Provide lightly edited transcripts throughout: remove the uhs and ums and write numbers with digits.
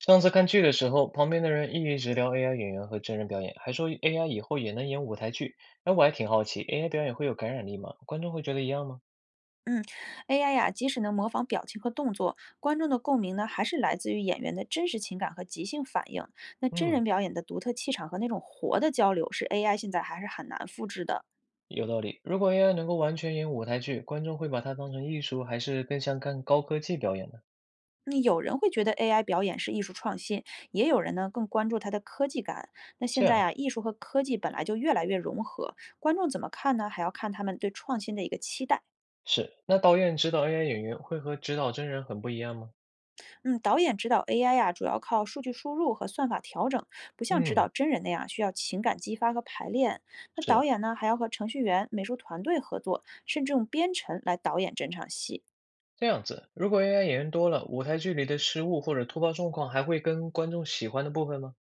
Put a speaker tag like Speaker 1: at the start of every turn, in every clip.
Speaker 1: 上次看剧的时候，旁边的人一直聊 AI 演员和真人表演，还说 AI 以后也能演舞台剧。哎，我还挺好奇，AI 表演会有感染力吗？观众会觉得一样吗？
Speaker 2: 嗯，AI 呀，即使能模仿表情和动作，观众的共鸣呢，还是来自于演员的真实情感和即兴反应。那真
Speaker 1: 嗯，
Speaker 2: 人表演的独特气场和那种活的交流，是 AI 现在还是很难复制的。
Speaker 1: 有道理。如果 AI 能够完全演舞台剧，观众会把它当成艺术，还是更像看高科技表演呢？
Speaker 2: 那有人会觉得 AI 表演是艺术创新，也有人呢更关注它的科技感。那
Speaker 1: 这
Speaker 2: 现在
Speaker 1: 样
Speaker 2: 啊，艺术和科技本来就越来越融合，观众怎么看呢？还要看他们对创新的一个期待。
Speaker 1: 是。那导演指导 AI 演员会和指导真人很不一样吗？
Speaker 2: 嗯，导演指导 AI 呀、主要靠数据输入和算法调整，不像指导
Speaker 1: 嗯，
Speaker 2: 真人那样需要情感激发和排练。那导
Speaker 1: 是
Speaker 2: 演呢，还要和程序员、美术团队合作，甚至用编程来导演整场戏。
Speaker 1: 这样子。如果 AI 演员多了，舞台剧里的失误或者突发状况还会跟观众喜欢的部分吗？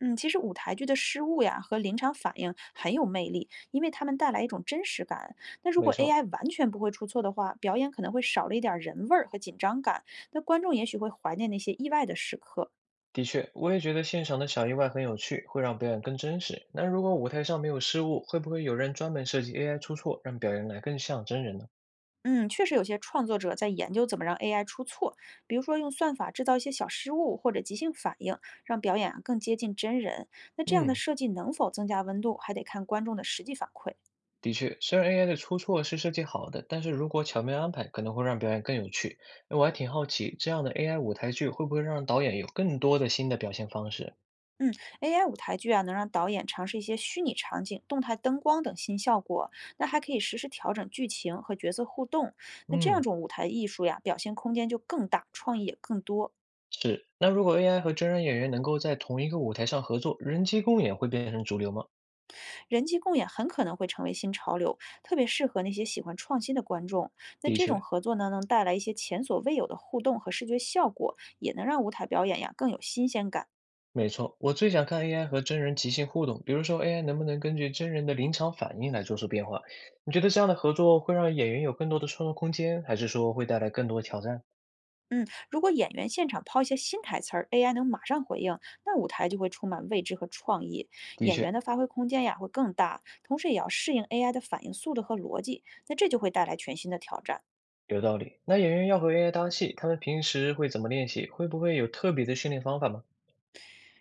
Speaker 2: 嗯，其实舞台剧的失误呀和临场反应很有魅力，因为他们带来一种真实感。那如
Speaker 1: 没
Speaker 2: 果
Speaker 1: 错，
Speaker 2: AI 完全不会出错的话，表演可能会少了一点儿人味儿和紧张感，那观众也许会怀念那些意外的时刻。
Speaker 1: 的确，我也觉得现场的小意外很有趣，会让表演更真实。那如果舞台上没有失误，会不会有人专门设计 AI 出错，让表演来更像真人呢？
Speaker 2: 嗯，确实有些创作者在研究怎么让 AI 出错，比如说用算法制造一些小失误或者即兴反应，让表演啊更接近真人。那这样的
Speaker 1: 嗯，
Speaker 2: 设计能否增加温度，还得看观众的实际反馈。
Speaker 1: 的确，虽然 AI 的出错是设计好的，但是如果巧妙安排，可能会让表演更有趣。那我还挺好奇，这样的 AI 舞台剧会不会让导演有更多的新的表现方式？
Speaker 2: 嗯，AI 舞台剧啊，能让导演尝试一些虚拟场景、动态灯光等新效果，那还可以实时调整剧情和角色互动。那这样
Speaker 1: 嗯，
Speaker 2: 种舞台艺术呀，表现空间就更大，创意也更多。
Speaker 1: 是。那如果 AI 和真人演员能够在同一个舞台上合作，人机共演会变成主流吗？
Speaker 2: 人机共演很可能会成为新潮流，特别适合那些喜欢创新的观众。那
Speaker 1: 的
Speaker 2: 这种
Speaker 1: 确，
Speaker 2: 合作呢，能带来一些前所未有的互动和视觉效果，也能让舞台表演呀更有新鲜感。
Speaker 1: 没错，我最想看 AI 和真人即兴互动，比如说 AI 能不能根据真人的临场反应来做出变化？你觉得这样的合作会让演员有更多的创作空间，还是说会带来更多挑战？
Speaker 2: 嗯，如果演员现场抛一些新台词儿，AI 能马上回应，那舞台就会充满未知和创意，
Speaker 1: 的
Speaker 2: 演员
Speaker 1: 确，
Speaker 2: 的发挥空间呀会更大，同时也要适应 AI 的反应速度和逻辑，那这就会带来全新的挑战。
Speaker 1: 有道理。那演员要和 AI 搭戏，他们平时会怎么练习？会不会有特别的训练方法吗？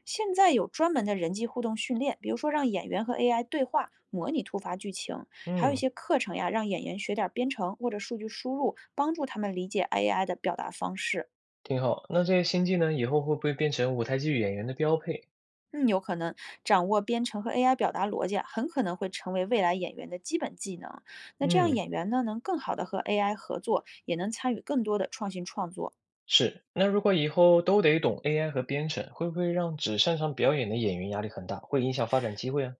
Speaker 2: 现在有专门的人机互动训练，比如说让演员和 AI 对话，模拟突发剧情，还有一
Speaker 1: 嗯，
Speaker 2: 些课程呀，让演员学点儿编程或者数据输入，帮助他们理解 AI 的表达方式。
Speaker 1: 挺好。那这些新技能以后会不会变成舞台剧演员的标配？
Speaker 2: 嗯，有可能掌握编程和 AI 表达逻辑啊很可能会成为未来演员的基本技能。那这样
Speaker 1: 嗯，
Speaker 2: 演员呢，能更好的和 AI 合作，也能参与更多的创新创作。
Speaker 1: 是。那如果以后都得懂 AI 和编程，会不会让只擅长表演的演员压力很大，会影响发展机会啊？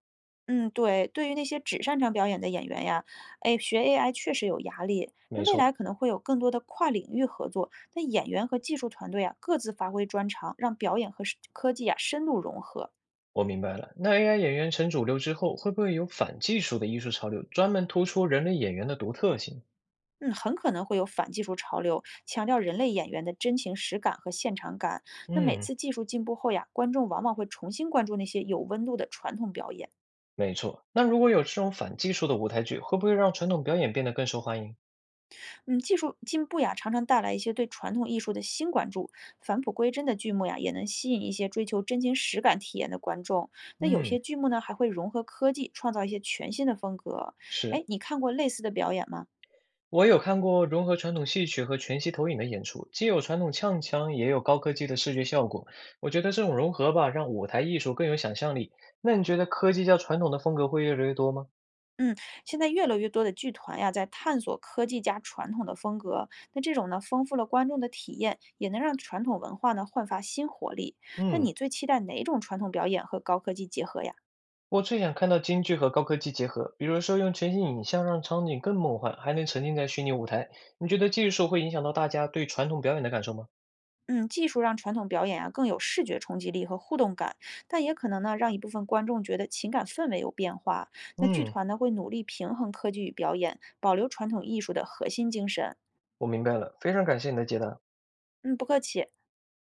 Speaker 2: 嗯，对，对于那些只擅长表演的演员呀，哎，学 AI 确实有压力。那
Speaker 1: 没
Speaker 2: 未
Speaker 1: 错。
Speaker 2: 来可能会有更多的跨领域合作，那演员和技术团队啊各自发挥专长，让表演和是科技啊深度融合。
Speaker 1: 我明白了。那 AI 演员成主流之后，会不会有反技术的艺术潮流，专门突出人类演员的独特性？
Speaker 2: 嗯，很可能会有反技术潮流，强调人类演员的真情实感和现场感。那每
Speaker 1: 嗯，
Speaker 2: 次技术进步后呀，观众往往会重新关注那些有温度的传统表演。
Speaker 1: 没错。那如果有这种反技术的舞台剧，会不会让传统表演变得更受欢迎？
Speaker 2: 嗯，技术进步呀，常常带来一些对传统艺术的新关注。返璞归真的剧目呀，也能吸引一些追求真情实感体验的观众。那有
Speaker 1: 嗯，
Speaker 2: 些剧目呢，还会融合科技，创造一些全新的风格。哎，
Speaker 1: 是，
Speaker 2: 你看过类似的表演吗？
Speaker 1: 我有看过融合传统戏曲和全息投影的演出，既有传统唱腔，也有高科技的视觉效果。我觉得这种融合吧，让舞台艺术更有想象力。那你觉得科技加传统的风格会越来越多吗？
Speaker 2: 嗯，现在越来越多的剧团呀，在探索科技加传统的风格。那这种呢，丰富了观众的体验，也能让传统文化呢焕发新活力。那
Speaker 1: 嗯，
Speaker 2: 你最期待哪种传统表演和高科技结合呀？
Speaker 1: 我最想看到京剧和高科技结合，比如说用全息影像让场景更梦幻，还能沉浸在虚拟舞台。你觉得技术会影响到大家对传统表演的感受吗？
Speaker 2: 嗯，技术让传统表演啊更有视觉冲击力和互动感，但也可能呢让一部分观众觉得情感氛围有变化。那剧
Speaker 1: 嗯，
Speaker 2: 团呢会努力平衡科技与表演，保留传统艺术的核心精神。
Speaker 1: 我明白了，非常感谢你的解答。
Speaker 2: 嗯，不客气。